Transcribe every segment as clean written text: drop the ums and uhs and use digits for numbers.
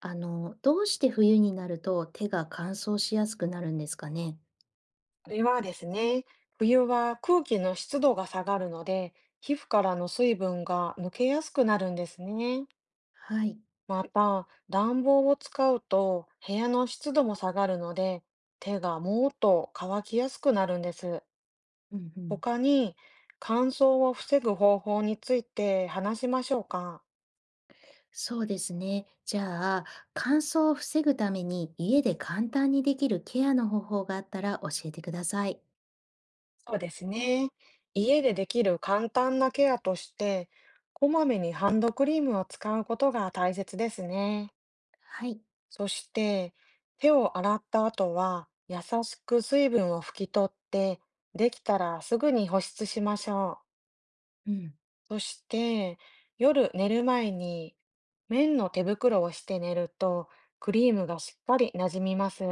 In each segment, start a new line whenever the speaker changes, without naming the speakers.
どうして冬になると手が乾燥しやすくなるんですかね？
これはですね、冬は空気の湿度が下がるので、皮膚からの水分が抜けやすくなるんですね。
はい。
また、暖房を使うと部屋の湿度も下がるので、手がもっと乾きやすくなるんです。
うんうん。
他に乾燥を防ぐ方法について話しましょうか。
そうですね。じゃあ、乾燥を防ぐために家で簡単にできるケアの方法があったら教えてください。
そうですね。家でできる簡単なケアとして、こまめにハンドクリームを使うことが大切ですね。
はい。
そして、手を洗った後は、優しく水分を拭き取って、できたらすぐに保湿しましょう。
うん。
そして、夜寝る前に、綿の手袋をして寝ると、クリームがしっかりなじみます。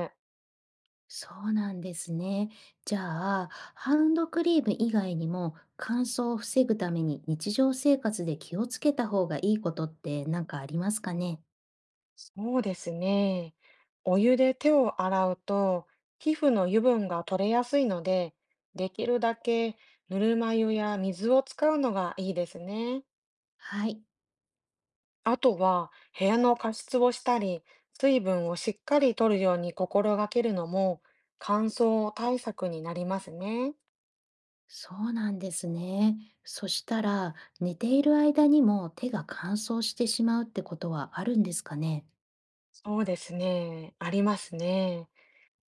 そうなんですね。じゃあ、ハンドクリーム以外にも乾燥を防ぐために日常生活で気をつけた方がいいことって何かありますかね？
そうですね。お湯で手を洗うと、皮膚の油分が取れやすいので、できるだけぬるま湯や水を使うのがいいですね。
はい。
あとは部屋の加湿をしたり、水分をしっかりとるように心がけるのも乾燥対策になりますね。
そうなんですね。そしたら、寝ている間にも手が乾燥してしまうってことはあるんですかね？
そうですね。ありますね。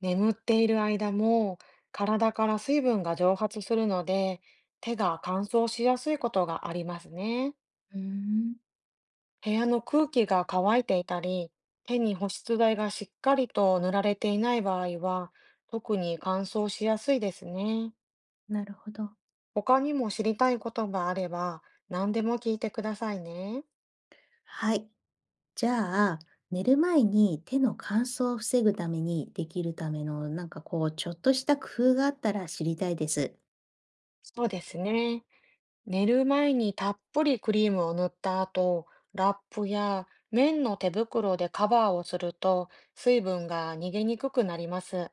眠っている間も体から水分が蒸発するので、手が乾燥しやすいことがありますね。
うーん、
部屋の空気が乾いていたり、手に保湿剤がしっかりと塗られていない場合は、特に乾燥しやすいですね。
なるほど。
他にも知りたいことがあれば何でも聞いてくださいね。
はい。じゃあ、寝る前に手の乾燥を防ぐためにできるための、ちょっとした工夫があったら知りたいです。
そうですね。寝る前にたっぷりクリームを塗った後、ラップや綿の手袋でカバーをすると水分が逃げにくくなります。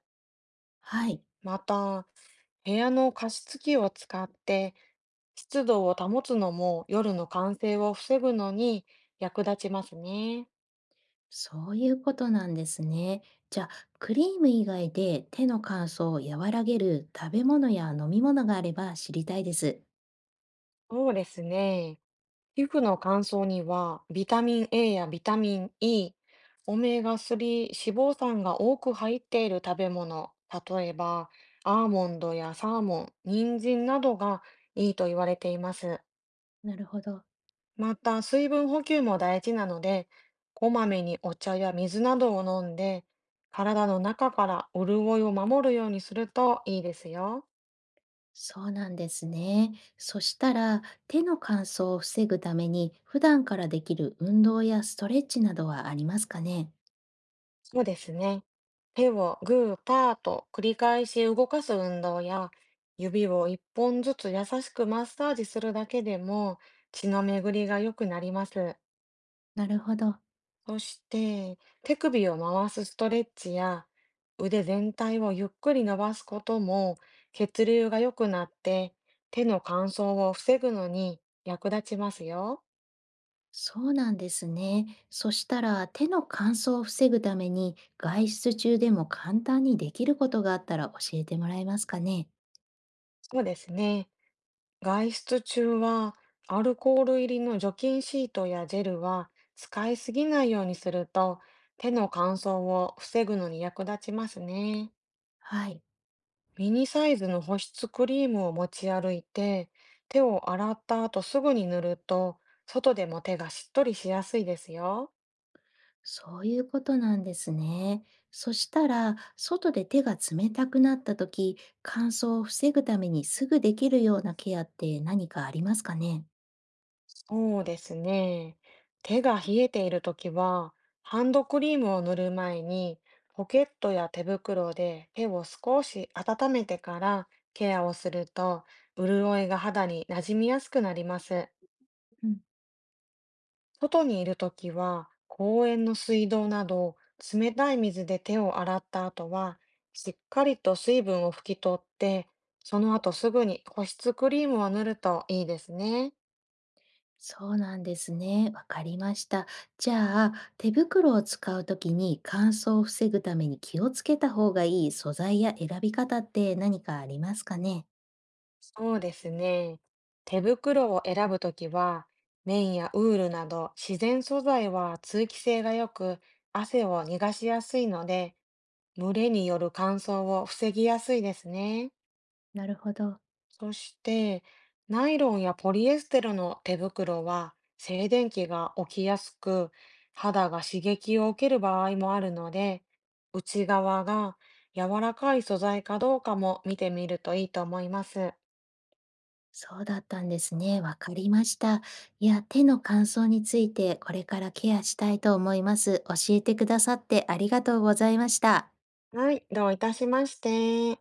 はい。
また、部屋の加湿器を使って湿度を保つのも夜の感燥を防ぐのに役立ちますね。
そういうことなんですね。じゃあ、クリーム以外で手の乾燥を和らげる食べ物や飲み物があれば知りたいです。
そうですね。皮膚の乾燥にはビタミン A やビタミン E、オメガ3脂肪酸が多く入っている食べ物、例えばアーモンドやサーモン、人参などがいいと言われています。
なるほど。
また水分補給も大事なので、こまめにお茶や水などを飲んで、体の中から潤いを守るようにするといいですよ。
そうなんですね。そしたら、手の乾燥を防ぐために、普段からできる運動やストレッチなどはありますかね？
そうですね。手をグーパーと繰り返し動かす運動や、指を一本ずつ優しくマッサージするだけでも血の巡りが良くなります。
なるほど。
そして、手首を回すストレッチや、腕全体をゆっくり伸ばすことも血流が良くなって、手の乾燥を防ぐのに役立ちますよ。
そうなんですね。そしたら、手の乾燥を防ぐために、外出中でも簡単にできることがあったら教えてもらえますかね？
そうですね。外出中はアルコール入りの除菌シートやジェルは使いすぎないようにすると手の乾燥を防ぐのに役立ちますね。
はい。
ミニサイズの保湿クリームを持ち歩いて手を洗った後すぐに塗ると外でも手がしっとりしやすいですよ。
そういうことなんですね。そしたら、外で手が冷たくなった時、乾燥を防ぐためにすぐできるようなケアって何かありますかね？
そうですね。手が冷えているときは、ハンドクリームを塗る前に、ポケットや手袋で手を少し温めてからケアをすると、潤いが肌に馴染みやすくなります。
うん、
外にいるときは、公園の水道など、冷たい水で手を洗った後は、しっかりと水分を拭き取って、その後すぐに保湿クリームを塗るといいですね。
そうなんですね。わかりました。じゃあ、手袋を使うときに乾燥を防ぐために気をつけた方がいい素材や選び方って何かありますかね？
そうですね。手袋を選ぶときは、綿やウールなど自然素材は通気性が良く、汗を逃がしやすいので、蒸れによる乾燥を防ぎやすいですね。
なるほど。
そして、ナイロンやポリエステルの手袋は静電気が起きやすく、肌が刺激を受ける場合もあるので、内側が柔らかい素材かどうかも見てみるといいと思います。
そうだったんですね。わかりました。いや、手の乾燥についてこれからケアしたいと思います。教えてくださってありがとうございました。
はい、どういたしまして。